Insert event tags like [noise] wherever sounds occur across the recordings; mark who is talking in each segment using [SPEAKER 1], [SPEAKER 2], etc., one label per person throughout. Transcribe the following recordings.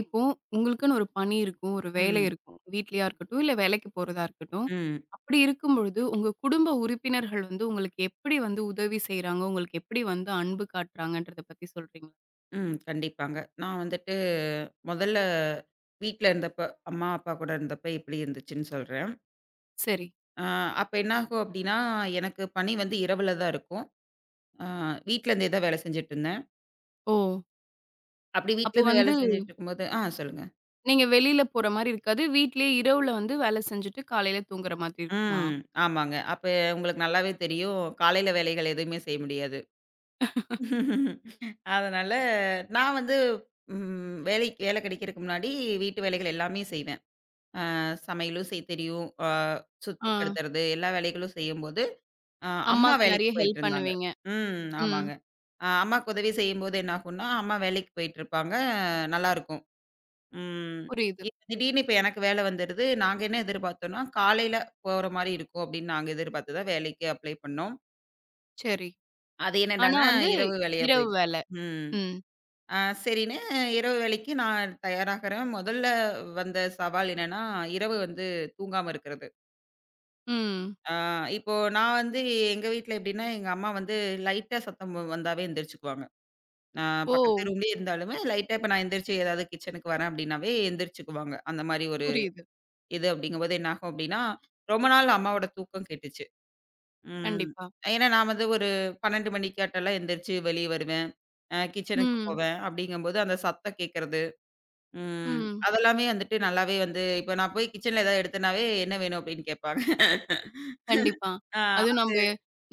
[SPEAKER 1] இப்போ உங்களுக்குன்னு ஒரு பணி இருக்கும். ஒரு வேலை
[SPEAKER 2] ம்.
[SPEAKER 1] இருக்கும். வீட்லயா இருக்கட்டும், இல்ல வேலைக்கு போறதா இருக்கட்டும்.
[SPEAKER 2] ம்.
[SPEAKER 1] அப்படி இருக்கும் பொழுது, உங்க குடும்ப உறுப்பினர்கள் வந்து உங்களுக்கு எப்படி வந்து உதவி செய்றாங்க? உங்களுக்கு எப்படி வந்து அன்பு காட்டுறாங்கன்றத பத்தி சொல்றீங்களா?
[SPEAKER 2] ம். கண்டிப்பாங்க. நான் வந்துட்டு முதல்ல வீட்ல இருந்தப்ப, அம்மா, அப்பா கூட இருந்தப்ப எப்படி இருந்துச்சுன்னு சொல்றேன்.
[SPEAKER 1] சரி.
[SPEAKER 2] அ அப்ப என்னாகும் அப்படின்னா, எனக்கு பணி வந்து இரவுல தான் இருக்கும். அ வீட்லேருந்தே தான் வேலை செஞ்சுட்டுருந்தேன்.
[SPEAKER 1] ஓ!
[SPEAKER 2] அப்படி
[SPEAKER 1] அப்போ
[SPEAKER 2] வீட்லேருந்து வேலை
[SPEAKER 1] வந்து
[SPEAKER 2] செஞ்சுட்டு இருக்கும்போது ஆ சொல்லுங்க.
[SPEAKER 1] நீங்க வெளியில போற மாரி இருக்காது. வீட்லயே இரவுல வந்து வேலை செஞ்சுட்டு காலையில தூங்குற மாதிரி இருக்குமா?
[SPEAKER 2] ம். ஆமாங்க. அப்ப உங்களுக்கு நல்லாவே தெரியும், காலையில வேலைகள் எதுவுமே செய்ய முடியாது. [laughs] அதனால நான் வந்து வேலை வேலை கிடைக்கிறதுக்கு முன்னாடி வீட்டு வேலைகள் எல்லாமே செய்வேன். சமையலும் செய்ய தெரியும்.
[SPEAKER 1] ஆ.
[SPEAKER 2] சுத்தப்படுத்துறது எல்லா வேலைகளும் செய்யும்போது, அ அம்மா
[SPEAKER 1] அம்மாக்கு
[SPEAKER 2] வேலைக்கு
[SPEAKER 1] நெறைய ஹெல்ப்
[SPEAKER 2] போயிட்டுருந்தாங்க.
[SPEAKER 1] பண்ணுவீங்க.
[SPEAKER 2] ம்.
[SPEAKER 1] ம்.
[SPEAKER 2] ஆமாங்க. அம்மாக்கு உதவி செய்யும்போது என்ன ஆகும்னா, அம்மா வேலைக்கு போயிட்டுருப்பாங்க. நல்லாருக்கும். ம்.
[SPEAKER 1] புரியுது.
[SPEAKER 2] இப்ப திடீர்னு இப்ப எனக்கு வேலை வந்துருது. நாங்க என்ன எதிர்பார்த்தோம்னா, காலையில போற மாரி இருக்கும் அப்படின்னு நாங்க எதிர்பார்த்து தான் வேலைக்கு அப்ளை பண்ணோம்.
[SPEAKER 1] சரி.
[SPEAKER 2] அது
[SPEAKER 1] ஆனா
[SPEAKER 2] என்னடான்னா,
[SPEAKER 1] வந்து
[SPEAKER 2] இரவு வேலையா
[SPEAKER 1] இரவு
[SPEAKER 2] போயிடுச்சு.
[SPEAKER 1] வேலை.
[SPEAKER 2] ம்.
[SPEAKER 1] ம்.
[SPEAKER 2] சரின்னு இரவு வேலைக்கு நான் தயாராகுறேன். முதல்ல வந்த சவால் என்னன்னா, இரவு வந்து தூங்காம இருக்கிறது.
[SPEAKER 1] ம்.
[SPEAKER 2] ஆ இப்போ நான் வந்து எங்க வீட்ல எப்படின்னா, எங்க அம்மா வந்து லைட்டா சத்தம் வந்தாவே எந்திரிச்சுக்குவாங்க. நான்
[SPEAKER 1] ஓ!
[SPEAKER 2] பக்கத்து ரூம்லயே இருந்தாலுமே லைட்டா இப்ப நான் எந்திரிச்சு ஏதாவது கிச்சனுக்கு வரேன் அப்படின்னாவே எந்திரிச்சுக்குவாங்க. அந்த மாரி ஒரு
[SPEAKER 1] புரியுது.
[SPEAKER 2] இது அப்படிங்கும்போது என்ன ஆகும் அப்படின்னா, ரொம்ப நாள் அம்மாவோட தூக்கம் கெட்டுச்சு. ம்.
[SPEAKER 1] கண்டிப்பா.
[SPEAKER 2] ஏன்னா நான் வந்து ஒரு 12 மணிக்காட்டெல்லாம் எந்திரிச்சு வெளிய வருவேன். கிச்சனுக்கு
[SPEAKER 1] ம்.
[SPEAKER 2] போவேன். அப்படிங்கும்போது அந்த சத்தம் கேட்கறது, ம்
[SPEAKER 1] ம்.
[SPEAKER 2] அதெல்லாமே வந்துட்டு நல்லாவே வந்து இப்ப நான் போய் கிச்சன்ல ஏதாவது எடுத்தேனாவே, "என்ன வேணும்?" அப்படின்னு கேட்பாங்க.
[SPEAKER 1] கண்டிப்பா.
[SPEAKER 2] [laughs] ஆ.
[SPEAKER 1] அதுவும் நம்ப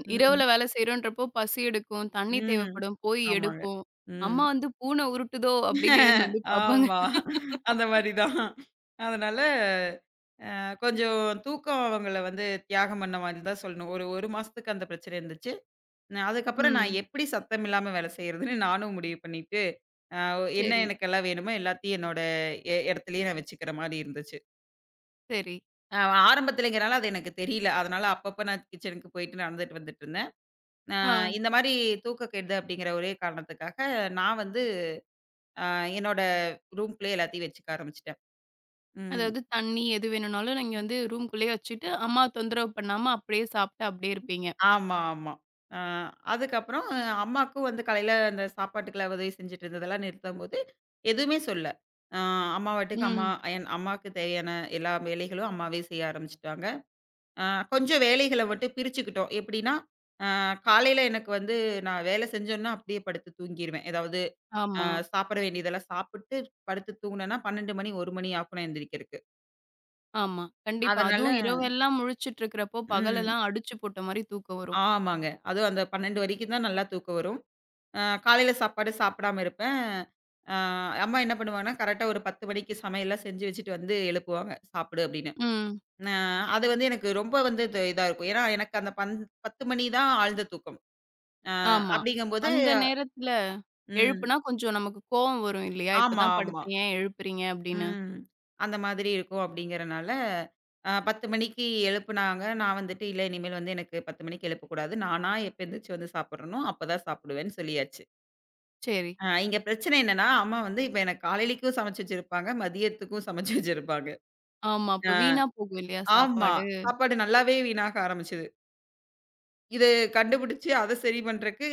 [SPEAKER 2] ம்.
[SPEAKER 1] இரவுல வேலை செய்றோன்றப்போ பசி எடுக்கும், தண்ணி
[SPEAKER 2] ம்.
[SPEAKER 1] தேவைப்படும், போய்
[SPEAKER 2] ஆமாங்க.
[SPEAKER 1] எடுப்போம்.
[SPEAKER 2] ம்.
[SPEAKER 1] அம்மா வந்து பூனை உருட்டுதோ! அப்படின்னு எழுந்து வந்து பார்ப்பாங்க.
[SPEAKER 2] ஆமா. அந்த மாரி தான். அதனால கொஞ்சம் தூக்கம் அவங்கள வந்து தியாகம் பண்ண மாரி தான் சொல்லணும். ஒரு 1 மாசத்துக்கு அந்த பிரச்சனை இருந்துச்சு. நான் அதுக்கப்புறம் நான்
[SPEAKER 1] ம்.
[SPEAKER 2] எப்படி சத்தம் இல்லாம வேலை செய்றதுன்னு நானும் முடிவு பண்ணிட்டு, அ என்ன
[SPEAKER 1] சரி,
[SPEAKER 2] எனக்கெல்லாம் வேணுமோ எல்லாத்தையும் என்னோட இடத்துலயே நான் வச்சுக்கிற மாரி இருந்துச்சு.
[SPEAKER 1] சரி.
[SPEAKER 2] அ ஆரம்பத்துலங்கிறனால அது எனக்கு தெரியல. அதனால அப்பப்ப நான் கிச்சனுக்கு போயிட்டு நடந்துட்டு வந்துட்டு இருந்தேன். அ
[SPEAKER 1] ஆ.
[SPEAKER 2] இந்த மாரி தூக்கக்கேடுது அப்படிங்கிற ஒரே காரணத்துக்காக நான் வந்து ஆ என்னோட ரூம்குள்ளயே எல்லாத்தையும் வச்சுக்க ஆரம்பிச்சுட்டேன். ம்.
[SPEAKER 1] அதாவது தண்ணி எது வேணும்னாலும் நீங்க வந்து ரூம்குள்ளேயே வச்சுட்டு, அம்மா தொந்தரவு பண்ணாம அப்படியே சாப்பிட்டு அப்படியே இருப்பீங்க.
[SPEAKER 2] ஆமா, ஆமா. அ அதுக்கப்புறம் அம்மாக்கும் வந்து காலையில அந்த சாப்பாட்டுக்கெல்லாம் உதவி செஞ்சுட்டு இருந்ததெல்லாம் நிறுத்தம்போது, எதுவுமே சொல்லல. அ அம்மா பாட்டுக்கு அம்மா
[SPEAKER 1] ம்.
[SPEAKER 2] என் அம்மாவுக்கு தேவையான எல்லா வேலைகளும் அம்மாவே செய்ய ஆரம்பிச்சுட்டாங்க. அ கொஞ்சம் வேலைகள மட்டும் பிரிச்சுக்கிட்டோம். எப்படின்னா, அ காலையில எனக்கு வந்து நான் வேலை செஞ்சோன்னா அப்படியே படுத்து தூங்கிருவேன். ஏதாவது அ
[SPEAKER 1] ஆமா,
[SPEAKER 2] சாப்பிட வேண்டியதெல்லாம் சாப்பிட்டு படுத்து தூங்குனேன்னா 12 மணி, 1 மணி ஆகும் நான் எந்திரிக்கிறதுக்கு.
[SPEAKER 1] ஆமா. கண்டிப்பா.
[SPEAKER 2] அதனால
[SPEAKER 1] அதுவும் இரவெல்லாம் முழிச்சுட்டு இருக்கிறப்போ,
[SPEAKER 2] ம்.
[SPEAKER 1] பகலெல்லாம் அடிச்சு போட்ட மாரி தூக்கம் வரும்.
[SPEAKER 2] ஆமாங்க. அதுவும் அந்த 12 வரைக்கும் தான் நல்லா தூக்கம் வரும். காலையில சாப்பாடு சாப்பிடாம இருப்பேன். அ அம்மா என்ன பண்ணுவாங்கன்னா, கரெக்ட்டா ஒரு 10 மணிக்கு சமையல்லாம் செஞ்சு வச்சுட்டு வந்து எழுப்புவாங்க, "சாப்பிடு" அப்படின்னு.
[SPEAKER 1] ம்.
[SPEAKER 2] அ அது வந்து எனக்கு ரொம்ப வந்து இது இதா இருக்கும். ஏன்னா, எனக்கு அந்த 10 மணி தான் ஆழ்ந்த தூக்கம். அ
[SPEAKER 1] ஆமா.
[SPEAKER 2] அப்படிங்கும்போது
[SPEAKER 1] அந்த நேரத்துல
[SPEAKER 2] ம்.
[SPEAKER 1] எழுப்புனா கொஞ்சம் நமக்கு கோவம் வரும் இல்லையா?
[SPEAKER 2] ஆமா,
[SPEAKER 1] இப்பதான்
[SPEAKER 2] ஆமா.
[SPEAKER 1] படுத்தேன் ஏன் எழுப்புறீங்க அப்படின்னு.
[SPEAKER 2] ம். அந்த மாதிரி இருக்கும் அப்படிங்கிறனால, 10 மணிக்கு எழுப்புனாங்க. நான் வந்துட்டு, "இல்ல இனிமேல் வந்து எனக்கு 10 மணிக்கு எழுப்பக்கூடாது. நானா எப்ப எந்திரிச்சு வந்து சாப்பிடுறனோ, அப்பதான் சாப்பிடுவேன்னு" சொல்லியாச்சு.
[SPEAKER 1] சரி.
[SPEAKER 2] இங்க பிரச்சனை என்னன்னா, அம்மா வந்து இப்ப எனக்கு காலையிலக்கும் சமைச்சு வச்சிருப்பாங்க. மதியத்துக்கும் சமைச்சு வச்சிருப்பாங்க.
[SPEAKER 1] ஆமா. அப்ப
[SPEAKER 2] ஆ
[SPEAKER 1] வீணா போகும் இல்லையா
[SPEAKER 2] ஆமா.
[SPEAKER 1] சாப்பாடு?
[SPEAKER 2] சாப்பாடு நல்லாவே வீணாக ஆரம்பிச்சது. இது கண்டுபிடிச்சு அத சரி பண்றக்கு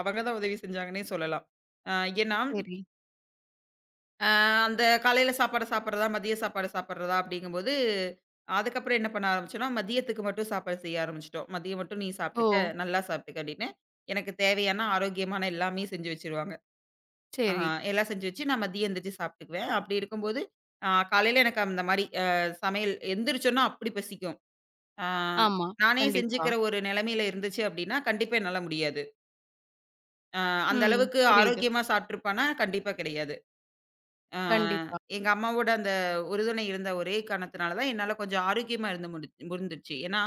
[SPEAKER 2] அவங்க தான் உதவி செஞ்சாங்கன்னே சொல்லலாம். ஆ ஏன்னா,
[SPEAKER 1] சரி.
[SPEAKER 2] ஆ அந்த காலையில சாப்பாட சாப்பிடுறதா, மதிய சாப்பாடு சாப்பிடுறதா அப்படிங்கும்போது, அதுக்கப்புறம் என்ன பண்ண ஆரம்பிச்சோம்னா, மதியத்துக்கு மட்டும் சாப்பாடு செய்ய ஆரம்பிச்சுட்டோம். "மதியம் மட்டும் நீ
[SPEAKER 1] ஓ!
[SPEAKER 2] சாப்பிட்டுக்க, நல்லா சாப்பிட்டுக்க" அப்படின்னு. எனக்கு தேவையான ஆரோக்கியமான எல்லாமே செஞ்சு வச்சுருவாங்க. ஆ
[SPEAKER 1] சரி.
[SPEAKER 2] எல்லாம் செஞ்சு வச்சு நான் மதியம் எந்திரிச்சு சாப்பிட்டுக்குவேன். அப்படி இருக்கும்போது, காலையில எனக்கு அந்த மாரி சமையல் எந்திரிச்சோன்னா அப்படி பசிக்கும். ஆ
[SPEAKER 1] ஆமா.
[SPEAKER 2] நானே
[SPEAKER 1] கண்டிப்பா.
[SPEAKER 2] செஞ்சுக்கிற ஒரு நிலைமையில இருந்துச்சு அப்படின்னா, கண்டிப்பா என்னால முடியாது. அ அந்த
[SPEAKER 1] ம்.
[SPEAKER 2] அளவுக்கு
[SPEAKER 1] புரியுது.
[SPEAKER 2] ஆரோக்கியமா சாப்பிட்டுருப்பான்னா, கண்டிப்பா கிடையாது. ஆ
[SPEAKER 1] கண்டிப்பா.
[SPEAKER 2] எங்க அம்மாவோட அந்த உறுதுணை இருந்த ஒரே காரணத்தினால தான் என்னால கொஞ்சம் ஆரோக்கியமா இருந்து முடிந்துச்சு. ஏன்னா,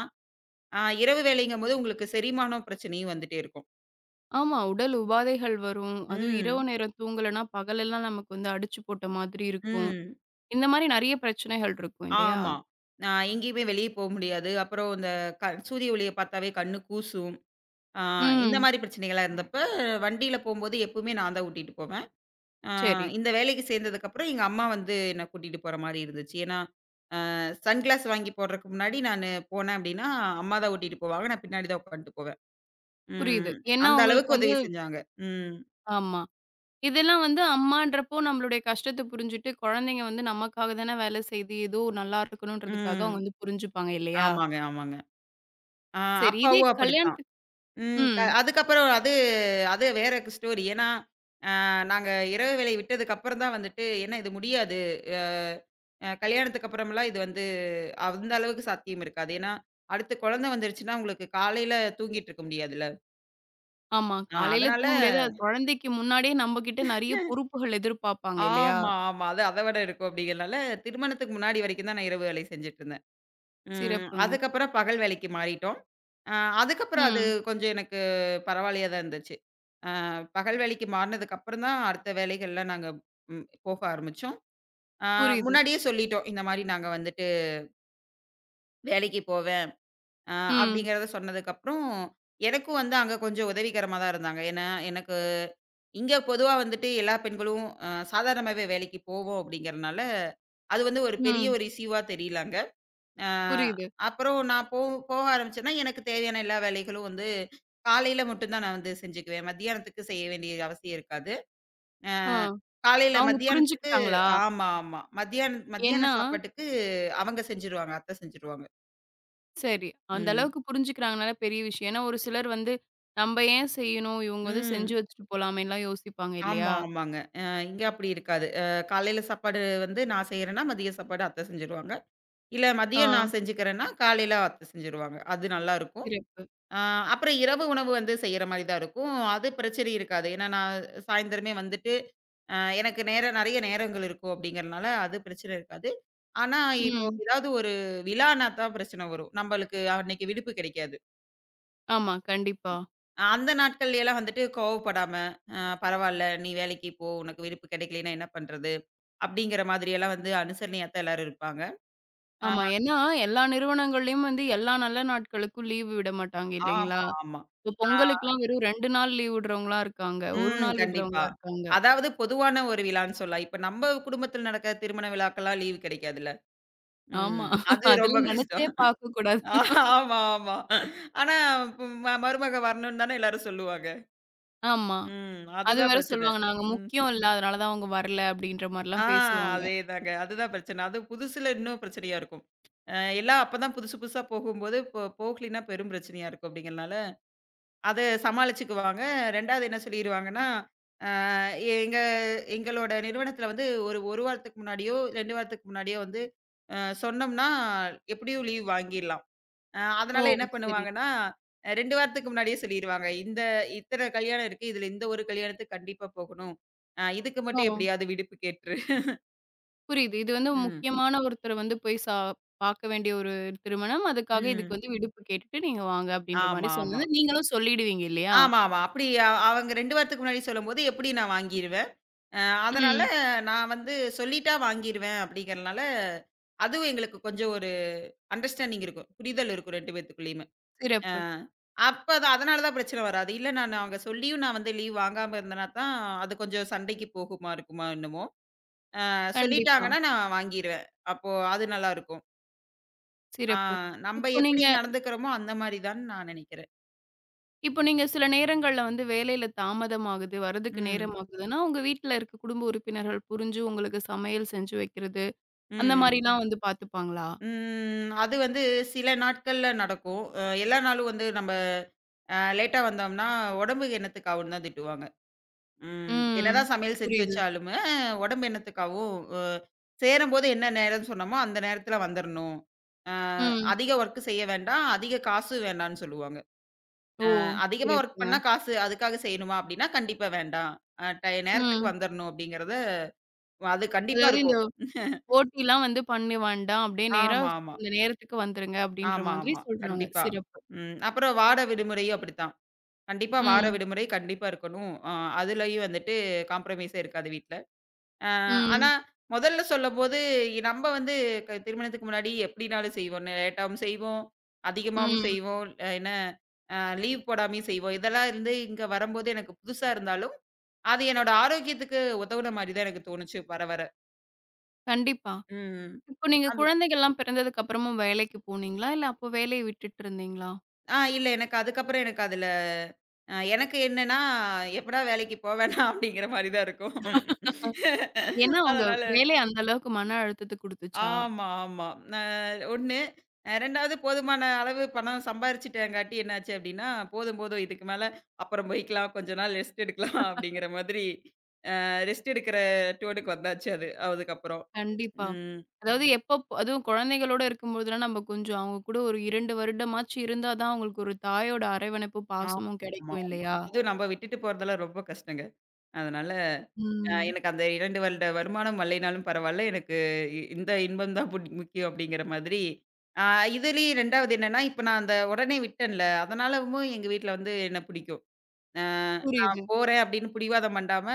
[SPEAKER 2] இரவு வேலைங்கும்போது உங்களுக்கு செரிமானம் பிரச்சனையும் வந்துட்டே இருக்கும்.
[SPEAKER 1] ஆமா. உடல் உபாதைகள் வரும். அதுவும் இரவு
[SPEAKER 2] ம்.
[SPEAKER 1] நேரம் தூங்கலன்னா பகலெல்லாம் நமக்கு வந்து அடிச்சு போட்ட மாதிரி இருக்கும்.
[SPEAKER 2] ம்.
[SPEAKER 1] இந்த மாரி நெறைய பிரச்சனைகள் இருக்கும் இல்லையா?
[SPEAKER 2] ஆமா. எங்கேயுமே வெளிய போ முடியாது. அப்புறம் இந்த சூரிய ஒளிய பார்த்தாவே கண்ணு கூசும். அ இந்த
[SPEAKER 1] ம்.
[SPEAKER 2] மாரி பிரச்சனைகள்லாம் இருந்தப்ப, வண்டியில போம்போது எப்பவுமே நான் தான் ஓட்டிட்டு போவேன். அ
[SPEAKER 1] சரி.
[SPEAKER 2] இந்த வேலைக்கு சேர்ந்ததுக்கப்புறம் எங்க அம்மா வந்து என்ன கூட்டிட்டு போற மாரி இருந்துச்சு. ஏன்னா, அ சன்கிளாஸ் வாங்கி போடுறதுக்கு முன்னாடி நானு போனேன் அப்படின்னா, அம்மா தான் ஓட்டிட்டு போவாங்க. நான் பின்னாடி தான் உட்காந்துட்டு போவேன்.
[SPEAKER 1] புரியுது.
[SPEAKER 2] ம்.
[SPEAKER 1] ஏன்னா
[SPEAKER 2] அந்த
[SPEAKER 1] உங்களுக்கு
[SPEAKER 2] அளவுக்கு
[SPEAKER 1] வந்து
[SPEAKER 2] உதவி செஞ்சாங்க. ம்.
[SPEAKER 1] ஆமா. இதெல்லாம் வந்து அம்மான்றப்போ நம்மளுடைய கஷ்டத்த புரிஞ்சுட்டு, குழந்தைங்க வந்து நமக்காக தான வேலை செய்யுது. ஏதோ நல்லா இருக்கணுன்றதுக்காக அவங்க
[SPEAKER 2] ம்.
[SPEAKER 1] வந்து புரிஞ்சுப்பாங்க இல்லையா?
[SPEAKER 2] ஆமாங்க, ஆமாங்க. அ
[SPEAKER 1] சரி இதே
[SPEAKER 2] அப்பாவும் அப்படித்தான்.
[SPEAKER 1] கல்யாணத்துக்கு
[SPEAKER 2] ம்.
[SPEAKER 1] ம்.
[SPEAKER 2] அதுக்கப்புறம் அது அது வேற ஸ்டோரி. ஏன்னா நாங்க இரவு வேலை விட்டதுக்கு அப்புறம் தான் வந்துட்டு, "ஏன்னா இது முடியாது. அ அ கல்யாணத்துக்கு அப்புறம்லாம் இது வந்து அந்த அளவுக்கு சாத்தியம் இருக்காது." ஏன்னா, அடுத்து குழந்தை வந்துருச்சுன்னா, உங்களுக்கு காலையில தூங்கிட்டு இருக்க முடியாதுல்ல.
[SPEAKER 1] ஆமா. காலையில
[SPEAKER 2] அதனால
[SPEAKER 1] தூங்க முடியாது. அது குழந்தைக்கு முன்னாடியே நம்மகிட்ட நெறைய பொறுப்புகள் எதிர்பார்ப்பாங்க இல்லையா?
[SPEAKER 2] ஆமா, ஆமா. அது அத விட இருக்கும் அப்படிங்கிறனால, திருமணத்துக்கு முன்னாடி வரைக்கும் தான் நான் இரவு வேலை செஞ்சுட்டு இருந்தேன். ம்.
[SPEAKER 1] சிறப்புங்க.
[SPEAKER 2] அதுக்கப்புறம் பகல் வேலைக்கு மாறிட்டோம். அ அதுக்கப்புறம் அது
[SPEAKER 1] ம்.
[SPEAKER 2] கொஞ்சம் எனக்கு பரவாயில்லையா தான் இருந்துச்சு. அ பகல் வேலைக்கு மாறுனதுக்கு அப்புறம் தான் அடுத்த வேலைகள்லாம் நாங்க போக ஆரம்பிச்சோம். ஆ
[SPEAKER 1] புரியுது.
[SPEAKER 2] முன்னாடியே சொல்லிட்டோம். இந்த மாரி நாங்க வந்துட்டு வேலைக்கு போவேன். அ
[SPEAKER 1] ம்.
[SPEAKER 2] அப்படிங்கிறத சொன்னதுக்கப்புறம், எனக்கும் வந்து அங்க கொஞ்சம் உதவிகரமா தான் இருந்தாங்க. ஏன்னா, எனக்கு இங்க பொதுவா வந்துட்டு எல்லா பெண்களும் சாதாரணமாவே வேலைக்கு போவோம் அப்படிங்கிறனால, அது வந்து ஒரு பெரிய
[SPEAKER 1] ம்.
[SPEAKER 2] ஒரு இஷ்யூவா தெரியல அங்க. அ
[SPEAKER 1] புரியுது.
[SPEAKER 2] அப்புறம் நான் போக ஆரம்பிச்சேன்னா, எனக்கு தேவையான எல்லா வேலைகளும் வந்து காலையில மட்டும் தான் நான் வந்து செஞ்சுக்குவேன். மத்தியானத்துக்கு செய்ய வேண்டிய அவசியம் இருக்காது. அ
[SPEAKER 1] ஆ.
[SPEAKER 2] காலையில
[SPEAKER 1] அவங்க
[SPEAKER 2] மத்தியானத்துக்கு
[SPEAKER 1] புரிஞ்சுக்கிட்டாங்களா?
[SPEAKER 2] ஆமா, ஆமா. மத்தியான மத்தியான
[SPEAKER 1] ஏன்னா
[SPEAKER 2] சாப்பாட்டுக்கு அவங்க செஞ்சுருவாங்க. அத்தை செஞ்சுருவாங்க.
[SPEAKER 1] சரி. அந்த
[SPEAKER 2] ம்.
[SPEAKER 1] அளவுக்கு புரிஞ்சுக்கிறாங்கனால பெரிய விஷயம். ஏன்னா ஒரு சிலர் வந்து, "நம்ப ஏன் செய்யணும்? இவங்க வந்து
[SPEAKER 2] ம்.
[SPEAKER 1] செஞ்சு வச்சுட்டு போலாமேன்லாம்" யோசிப்பாங்க
[SPEAKER 2] ஆமா,
[SPEAKER 1] இல்லையா?
[SPEAKER 2] ஆமாங்க. இங்க அப்படி இருக்காது. காலையில சாப்பாடு வந்து நான் செய்யறேன்னா, மதிய சாப்பாடு அத்தை செஞ்சுருவாங்க. இல்ல மதியம்
[SPEAKER 1] ஆ.
[SPEAKER 2] நான் செஞ்சுக்கிறேன்னா, காலையில அத்தை செஞ்சுருவாங்க. அது நல்லாருக்கும்.
[SPEAKER 1] சிறப்பு.
[SPEAKER 2] ஆ, அப்புறம் இரவு உணவு வந்து செய்யற மாரி தான் இருக்கும். அது பிரச்சனை இருக்காது. ஏன்னா, நான் சாயந்தரமே வந்துட்டு, அ எனக்கு நேரம் நெறைய நேரங்கள் இருக்கும் அப்படிங்கிறனால அது பிரச்சனை இருக்காது. ஆனா, இப்போ
[SPEAKER 1] ம்.
[SPEAKER 2] ஏதாவது ஒரு விழான்னா தான் பிரச்சனை வரும். நம்மளுக்கு அன்னைக்கு விடுப்பு கிடைக்காது.
[SPEAKER 1] ஆமா, கண்டிப்பா.
[SPEAKER 2] அந்த நாட்கள்லயெல்லாம் வந்துட்டு கோவப்படாம, அ "பரவால்ல, நீ வேலைக்கு போ. உனக்கு விடுப்பு கிடைக்கலைன்னா என்ன பண்றது?" அப்படிங்கிற மாதிரியெல்லாம் வந்து அனுசரணையா தான் எல்லாரும் இருப்பாங்க. அ
[SPEAKER 1] ஆமா. ஏன்னா, எல்லா நிறுவனங்கள்லயும் வந்து எல்லா நல்ல நாட்களுக்கும் லீவு விட மாட்டாங்க இல்லைங்களா?
[SPEAKER 2] ஆமா, ஆமா.
[SPEAKER 1] இப்போ
[SPEAKER 2] அ
[SPEAKER 1] பொங்கலுக்குலாம் வெறும் 2 நாள் லீவ் விடுறவங்கலாம் இருக்காங்க. 1
[SPEAKER 2] ம்.
[SPEAKER 1] நாள்
[SPEAKER 2] கண்டிப்பா.
[SPEAKER 1] விடுறவங்களா இருக்காங்க.
[SPEAKER 2] அதாவது பொதுவான ஒரு விழான்னு சொல்லலாம். இப்ப நம்ம குடும்பத்துல நடக்கிற திருமண விழாக்கெல்லாம் லீவ் கிடைக்காதுல்ல.
[SPEAKER 1] ஆமா.
[SPEAKER 2] ம். அது ரொம்ப
[SPEAKER 1] அதெல்லாம் நெனச்சே
[SPEAKER 2] கஷ்டம்.
[SPEAKER 1] பார்க்கக்கூடாது.
[SPEAKER 2] ஆ- ஆமா, ஆமா. ஆனா ப- ம மருமக வரணும்னு தானே எல்லாரும் சொல்லுவாங்க.
[SPEAKER 1] ஆமா.
[SPEAKER 2] ம்.
[SPEAKER 1] அது
[SPEAKER 2] அதுதான்
[SPEAKER 1] வேற
[SPEAKER 2] பிரச்சனை.
[SPEAKER 1] சொல்லுவாங்க. நாங்க
[SPEAKER 2] ம்.
[SPEAKER 1] முக்கியம் இல்ல. அதனால தான் அவங்க வரல அப்படின்ற
[SPEAKER 2] ஆ
[SPEAKER 1] மாரிலாம் பேசுவாங்க.
[SPEAKER 2] அதேதாங்க. அதுதான் பிரச்சனை. அதுவும் புதுசுல இன்னும் பிரச்சனையா இருக்கும். அ எல்லாம் அப்பதான் புதுசு புதுசா போகும்போது, போகலின்னா பெரும் பிரச்சனையா இருக்கும் அப்படிங்கிறனால, அத சமாளிச்சுக்குவாங்க. 2வது என்ன சொல்லிருவாங்கன்னா அ எங்க எங்களோட நிறுவனத்தில வந்து ஒரு 1 வாரத்துக்கு முன்னாடியோ, 2 வாரத்துக்கு முன்னாடியோ வந்து சொன்னோம்னா, எப்படியும் லீவ் வாங்கிர்லாம்.
[SPEAKER 1] ஓ!
[SPEAKER 2] அதனால என்ன
[SPEAKER 1] சரி.
[SPEAKER 2] பண்ணுவாங்கன்னா, 2 வாரத்துக்கு முன்னாடியே சொல்லிருவாங்க. இந்த இத்தனை கல்யாணம் இருக்கு. இதுல இந்த ஒரு கல்யாணத்துக்கு கண்டிப்பா போகணும். இதுக்கு
[SPEAKER 1] ஓ!
[SPEAKER 2] மட்டும் எப்படியாவது விடுப்பு கேட்டுரு.
[SPEAKER 1] புரியுது. இது வந்து
[SPEAKER 2] ம்.
[SPEAKER 1] முக்கியமான ஒருத்தர வந்து போய் பார்க்க வேண்டிய ஒரு திருமணம். அதுக்காக இதுக்கு
[SPEAKER 2] ம்.
[SPEAKER 1] வந்து விடுப்பு கேட்டுட்டு நீங்க வாங்க அப்படின்ற மாரி
[SPEAKER 2] ஆமா, ஆமா.
[SPEAKER 1] சொன்னது. நீங்களும் சொல்லிடுவீங்க இல்லையா?
[SPEAKER 2] ஆமா, ஆமா. அப்படி அவங்க 2 வாரத்துக்கு முன்னாடி சொல்லும்போது எப்படி நான் வாங்கிருவேன். அ அதனால
[SPEAKER 1] ம்.
[SPEAKER 2] நான் வந்து சொல்லிட்டா வாங்கிருவேன் அப்படிங்கிறனால, அதுவும் எங்களுக்கு கொஞ்சம் ஒரு அண்டர்ஸ்டாண்டிங் இருக்கும். புரிதல் இருக்கும் 2 பேத்துக்குள்ளயுமே. அ
[SPEAKER 1] சிறப்பு.
[SPEAKER 2] அப்ப அதனால தான் பிரச்சனை வராது. இல்ல நான் அவங்க சொல்லியும் நான் வந்து லீவ் வாங்காம இருந்தேன்னா தான், அது கொஞ்சம் சண்டைக்கு போகுமா, இருக்குமா என்னமோ.
[SPEAKER 1] கண்டிப்பா.
[SPEAKER 2] சொல்லிட்டாங்கன்னா நான் வாங்கிருவேன். அப்போ அது நல்லாருக்கும். ஆ
[SPEAKER 1] சிறப்பு.
[SPEAKER 2] நம்ப
[SPEAKER 1] இப்போ
[SPEAKER 2] எப்படி
[SPEAKER 1] நீங்க
[SPEAKER 2] நடந்துக்கிறோமோ அந்த மாரி தான்னு நான் நெனைக்கிறேன்.
[SPEAKER 1] இப்போ நீங்க சில நேரங்கள்ல வந்து வேலையில தாமதமாகுது, வரதுக்கு
[SPEAKER 2] ம்.
[SPEAKER 1] நேரமாகுதுன்னா, உங்க வீட்ல இருக்க குடும்ப உறுப்பினர்கள் புரிஞ்சு உங்களுக்கு சமையல் செஞ்சு வைக்கிறது,
[SPEAKER 2] ம்,
[SPEAKER 1] அந்த
[SPEAKER 2] ம்.
[SPEAKER 1] மாரிலாம் வந்து பார்த்துப்பாங்களா?
[SPEAKER 2] ம். அது வந்து சில நாட்கள்ல நடக்கும். எல்லா நாளும் வந்து நம்ப லேட்டா வந்தோம்னா, "உடம்புக்கு என்னத்துக்கு ஆவுன்னு" தான் திட்டுவாங்க. ம்.
[SPEAKER 1] ம்.
[SPEAKER 2] என்னதான் சமையல் செஞ்சு
[SPEAKER 1] புரியுது.
[SPEAKER 2] வச்சாலுமே, உடம்பு என்னத்துக்காகும், சேரும்போது என்ன நேரம்னு சொன்னோமோ, அந்த நேரத்துல வந்துரணும். அ
[SPEAKER 1] ம்.
[SPEAKER 2] அதிக வொர்க் செய்ய வேண்டாம், அதிக காசு வேண்டான்னு சொல்லுவாங்க.
[SPEAKER 1] ஓ!
[SPEAKER 2] அதிகமா வொர்க்
[SPEAKER 1] சிறப்புங்க.
[SPEAKER 2] பண்ணா காசு அதுக்காக செய்யணுமா அப்டின்னா, கண்டிப்பா வேண்டாம். டை நேரத்துக்கு
[SPEAKER 1] ம்.
[SPEAKER 2] வந்துரணும் அப்டிங்கிறது அது கண்டிப்பா
[SPEAKER 1] அதாவது இந்த
[SPEAKER 2] இருக்கும்.
[SPEAKER 1] ஓட்டிலாம் வந்து பண்ண வேண்டாம். அப்படியே நேரா
[SPEAKER 2] ஆமா, ஆமா.
[SPEAKER 1] இந்த நேரத்துக்கு வந்துருங்க அப்படின்ற
[SPEAKER 2] ஆமா,
[SPEAKER 1] மாதிரி
[SPEAKER 2] ஆமா.
[SPEAKER 1] சொல்றாங்க.
[SPEAKER 2] கண்டிப்பா.
[SPEAKER 1] சிறப்பு.
[SPEAKER 2] ம். அப்புறம் வார விடுமுறையும் அப்படித்தான். கண்டிப்பா வார
[SPEAKER 1] ம்.
[SPEAKER 2] விடுமுறை கண்டிப்பா இருக்கணும். அதுலயும் வந்துட்டு காம்ப்ரமைஸே இருக்காது வீட்ல. ஆ, ஆனா,
[SPEAKER 1] ம்.
[SPEAKER 2] முதல்ல சொல்லம்போது நம்ம வந்து திருமணத்துக்கு முன்னாடி எப்படினாலும் செய்வோம். லேட்டாவும் செய்வோம், அதிகமாவும்
[SPEAKER 1] ம்.
[SPEAKER 2] செய்வோம். என்ன லீவ் போடாமயும் செய்வோம். இதெல்லாம் இருந்து இங்க வரம்போது எனக்கு புதுசா இருந்தாலும், அது என்னோட ஆரோக்கியத்துக்கு உதவுன மாரி தான் எனக்கு தோணுச்சு வர வர.
[SPEAKER 1] கண்டிப்பா.
[SPEAKER 2] ம்.
[SPEAKER 1] இப்போ நீங்க
[SPEAKER 2] அது
[SPEAKER 1] குழந்தைகள்லாம் பிறந்ததுக்கு அப்புறமும் வேலைக்கு போனீங்களா? இல்ல அப்போ வேலைய விட்டுட்டு இருந்தீங்களா?
[SPEAKER 2] இல்ல எனக்கு அதுக்கப்புறம் எனக்கு அதுல எனக்கு என்னன்னா, எப்படா வேலைக்கு போவேனா அப்படிங்கிற மாரி தான் இருக்கும். [laughs] ம்.
[SPEAKER 1] ஏன்னா உங்க
[SPEAKER 2] அதனால
[SPEAKER 1] வேலை அந்த அளவுக்கு மன அழுத்தத்த குடுத்துச்சா?
[SPEAKER 2] ஆமா, ஆமா. அ 1 2வது போதுமான அளவு பணம் சம்பாரிச்சுட்டேங்காட்டி என்னாச்சு அப்டின்னா, போதும், போதும் இதுக்கு மேல அப்புறம் போய்க்கலாம். கொஞ்ச நாள் ரெஸ்ட் எடுக்கலாம் [laughs] அப்படிங்கிற மாதிரி ரெஸ்ட் எடுக்கிற டோனுக்கு வந்தாச்சு அது. அதுக்கப்புறம்.
[SPEAKER 1] கண்டிப்பா.
[SPEAKER 2] ம்.
[SPEAKER 1] அதாவது எப்பப் அதுவும் குழந்தைகளோட இருக்கும்போதெல்லாம் நம்ம கொஞ்சம் அவங்க கூட ஒரு 2 வருடமாச்சு இருந்தா தான் அவங்களுக்கு ஒரு தாயோட அரவணைப்பும்,
[SPEAKER 2] ஆமா,
[SPEAKER 1] பாசமும்
[SPEAKER 2] ஆமா,
[SPEAKER 1] கெடைக்கும்
[SPEAKER 2] ஆமா.
[SPEAKER 1] இல்லையா?
[SPEAKER 2] அதுவும் நம்ம விட்டுட்டு போறதெல்லாம் ரொம்ப கஷ்டங்க. அதனால
[SPEAKER 1] ம்.
[SPEAKER 2] எனக்கு அந்த 2 வருட வருமானம் வரலைனாலும் பரவால்ல. எனக்கு இந்த இன்பம் தான் புட் முக்கியம் அப்படிங்கிற மாதிரி. ஆ இதுலயும் 2வது என்னன்னா, இப்ப நான் அந்த உடனே விட்டேன்ல, அதனாலவும் எங்க வீட்ல வந்து என்ன பிடிக்கும். அ நான்
[SPEAKER 1] புரியுது.
[SPEAKER 2] போறேன் அப்படின்னு பிடிவாதம் பண்ணாம,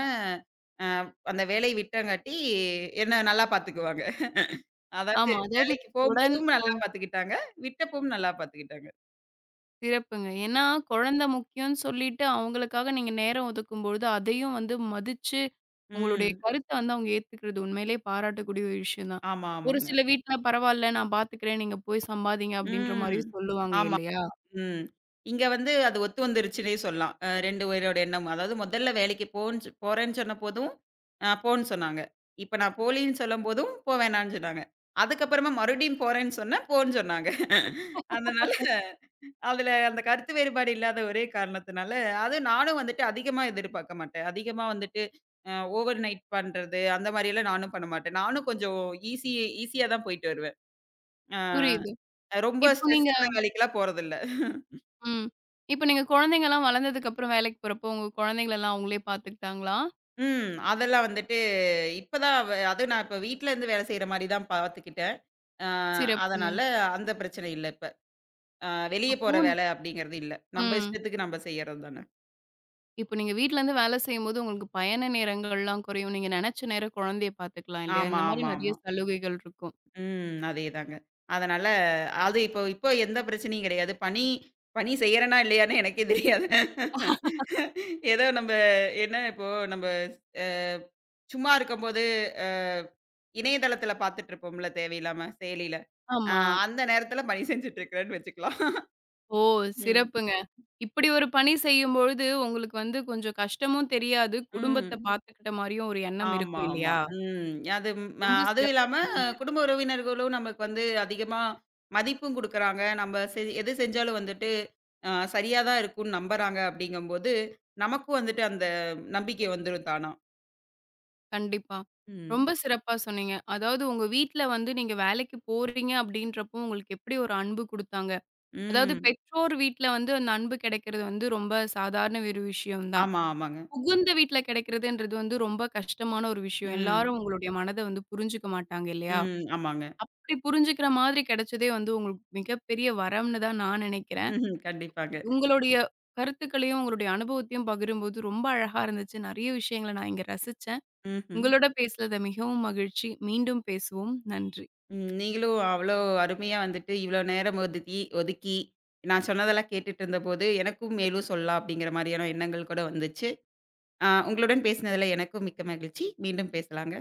[SPEAKER 2] அ அந்த வேலைய விட்டங்காட்டி என்ன நல்லா பார்த்துக்குவாங்க. அதாவது
[SPEAKER 1] ஆமா. அதாவது
[SPEAKER 2] வேலைக்கு
[SPEAKER 1] உடன்
[SPEAKER 2] போம்போதும் நல்லா
[SPEAKER 1] கொள்
[SPEAKER 2] பார்த்துக்கிட்டாங்க. விட்டப்பவும் நல்லா பார்த்துக்கிட்டாங்க.
[SPEAKER 1] சிறப்புங்க. ஏன்னா குழந்தை முக்கியம்னு சொல்லிட்டு அவங்களுக்காக நீங்க நேரம் ஒதுக்கும்பொழுது, அதையும் வந்து மதிச்சு உங்களுடைய
[SPEAKER 2] ம்.
[SPEAKER 1] கருத்த வந்து அவங்க ஏத்துக்கிறது உண்மையிலேயே பாராட்டக்கூடிய ஒரு விஷயம் தான்.
[SPEAKER 2] ஆமா,
[SPEAKER 1] ஒரு
[SPEAKER 2] ஆமாங்க.
[SPEAKER 1] சில வீட்ல பரவால்ல நான் பார்த்துக்கிறேன். நீங்க போய் சம்பாதிங்க அப்படின்ற
[SPEAKER 2] ம்.
[SPEAKER 1] மாரியும் சொல்லுவாங்க
[SPEAKER 2] ஆமா.
[SPEAKER 1] இல்லையா?
[SPEAKER 2] ம். இங்க வந்து அது ஒத்து வந்துருச்சுன்னே சொல்லலாம். 2 பேரோட எண்ணமும். அதாவது முதல்ல வேலைக்கு போறேன்னு சொன்ன போதும், போன்னு சொன்னாங்க. இப்ப நான் போலின்னு சொல்லும்போதும், போ வேணான்னு சொன்னாங்க. அதுக்கப்புறமா மறுபடியும் போறேன்னு சொன்னேன், போன்னு சொன்னாங்க. அதனால அதுல அந்த கருத்து வேறுபாடு இல்லாத ஒரே காரணத்தினால, அதுவும் நானும் வந்துட்டு அதிகமா எதிர்பார்க்க மாட்டேன். அதிகமா வந்துட்டு அ ஓவர் நைட் பண்றது, அந்த மாரியெல்லாம் நானும் பண்ண மாட்டேன். நானும் கொஞ்சம் ஈஸி ஈஸியா தான் போயிட்டு வருவேன். அ
[SPEAKER 1] புரியுது.
[SPEAKER 2] ரொம்ப
[SPEAKER 1] இப்போ நீங்க
[SPEAKER 2] ஸ்ட்ரெஸ்ஸான வேலைக்கெல்லாம் போறதில்ல.
[SPEAKER 1] ம். இப்போ நீங்க குழந்தைங்கலாம் வளர்ந்ததுக்கு அப்புறம் வேலைக்கு போறப்போ, உங்க குழந்தைங்களலாம் அவங்களே பார்த்துக்கிட்டாங்களா?
[SPEAKER 2] ம். அதெல்லாம் வந்துட்டு இப்ப தான் அதுவும் நான் இப்ப வீட்ல இருந்து வேலை செய்ற மாரி தான் பார்த்துக்கிட்டேன். அ
[SPEAKER 1] சிறப்புங்க.
[SPEAKER 2] அதனால அந்த பிரச்சனை இல்ல இப்ப. அ வெளிய போற
[SPEAKER 1] அப்போ
[SPEAKER 2] வேலை அப்படிங்கிறது இல்ல. நம்ப
[SPEAKER 1] ம்.
[SPEAKER 2] இஷ்டத்துக்கு நம்ப செய்யறது தானே.
[SPEAKER 1] இப்போ நீங்க வீட்லருந்து வேலை செய்யும்போது உங்களுக்கு பயண நேரங்கள்லாம் குறையும். நீங்க நெனச்ச நேரம் குழந்தைய பார்த்துக்கலாம் இல்லையா?
[SPEAKER 2] ஆமா,
[SPEAKER 1] இந்த மாரி
[SPEAKER 2] ஆமா,
[SPEAKER 1] நெறைய
[SPEAKER 2] ஆமா.
[SPEAKER 1] சலுகைகள் இருக்கும்.
[SPEAKER 2] ம். அதேதாங்க. அதனால அது இப்போ இப்போ எந்த பிரச்சனையும் கிடையாது. பணி பணி செய்யறேனா இல்லையான்னு எனக்கே தெரியாது. ஏதோ நம்ப என்ன இப்போ நம்ப அ சும்மா இருக்கும்போது அ இணையதளத்தில பார்த்துட்டுருப்போம்ல தேவையில்லாம செயலில. அ
[SPEAKER 1] ஆமா.
[SPEAKER 2] அந்த நேரத்தில பணி செஞ்சுட்டு இருக்கிறேன்னு வச்சுக்கலாம்.
[SPEAKER 1] ஓ!
[SPEAKER 2] ம்.
[SPEAKER 1] சிறப்புங்க. இப்படி ஒரு பணி செய்யும்பொழுது, உங்களுக்கு வந்து கொஞ்சம் கஷ்டமும் தெரியாது, குடும்பத்த
[SPEAKER 2] ம்.
[SPEAKER 1] பார்த்துக்கிட்ட மாரியும் ஒரு எண்ணம்
[SPEAKER 2] ஆமா,
[SPEAKER 1] இருக்கும்
[SPEAKER 2] ஆமா.
[SPEAKER 1] இல்லையா?
[SPEAKER 2] ம். அது ம்
[SPEAKER 1] ரொம்ப
[SPEAKER 2] அதுவும்
[SPEAKER 1] சிறப்பா
[SPEAKER 2] இல்லாம
[SPEAKER 1] சொன்னீங்க.
[SPEAKER 2] குடும்ப உறவினர்களும் நமக்கு வந்து அதிகமா மதிப்பும் குடுக்குறாங்க. நம்ம எது செஞ்சாலும் வந்துட்டு சரியா தான் இருக்கும்னு நம்புறாங்க அப்படிங்கும்போது, நமக்கும் வந்துட்டு அந்த நம்பிக்கை வந்துரும் தானா.
[SPEAKER 1] கண்டிப்பா.
[SPEAKER 2] ம்.
[SPEAKER 1] ரொம்ப சிறப்பா சொன்னீங்க. அதாவது உங்க வீட்ல வந்து நீங்க வேலைக்கு போறீங்க அப்படின்றப்போ, உங்களுக்கு எப்படி ஒரு அன்பு குடுத்தாங்க. அதாவது
[SPEAKER 2] ம்.
[SPEAKER 1] பெற்றோர் வீட்ல வந்து அந்த அன்பு கிடைக்கிறது வந்து ரொம்ப சாதாரண ஒரு விஷயம் தான்.
[SPEAKER 2] ஆமா, ஆமாங்க.
[SPEAKER 1] புகுந்த வீட்ல கிடைக்கிறதுன்றது வந்து ரொம்ப கஷ்டமான ஒரு விஷயம்.
[SPEAKER 2] ம்.
[SPEAKER 1] எல்லாரும் உங்களுடைய மனத வந்து புரிஞ்சுக்க மாட்டாங்க இல்லையா?
[SPEAKER 2] ம். ஆமாங்க.
[SPEAKER 1] அப்படி புரிஞ்சுக்கிற மாதிரி கிடைச்சதே வந்து உங்களுக்கு மிகப்பெரிய வரம்னு தான் நான் நினைக்கிறேன்.
[SPEAKER 2] ம் கண்டிப்பாங்க.
[SPEAKER 1] உங்களுடைய கருத்துக்களையும், உங்களுடைய அனுபவத்தையும் பகிரும்போது ரொம்ப அழகா இருந்துச்சு. நிறைய விஷயங்கள நான் இங்க ரசிச்சேன்.
[SPEAKER 2] ம்ஹ்ம். ம்.
[SPEAKER 1] உங்களோட பேசுனது மிகவும் மகிழ்ச்சி. மீண்டும் பேசுவோம். நன்றி.
[SPEAKER 2] ம், நீங்களும் அவ்வளோ அருமையா வந்துட்டு இவ்வளோ நேரம் ஒதுக்கி ஒதுக்கி நான் சொன்னதெல்லாம் கேட்டுட்டு இருந்தபோது, எனக்கும் மேலும் சொல்லலாம் அப்படிங்கிற மாரியான எண்ணங்கள் கூட வந்துச்சு. உங்களுடன் பேசினதுல எனக்கும் மிக்க மகிழ்ச்சி. மீண்டும் பேசலாங்க.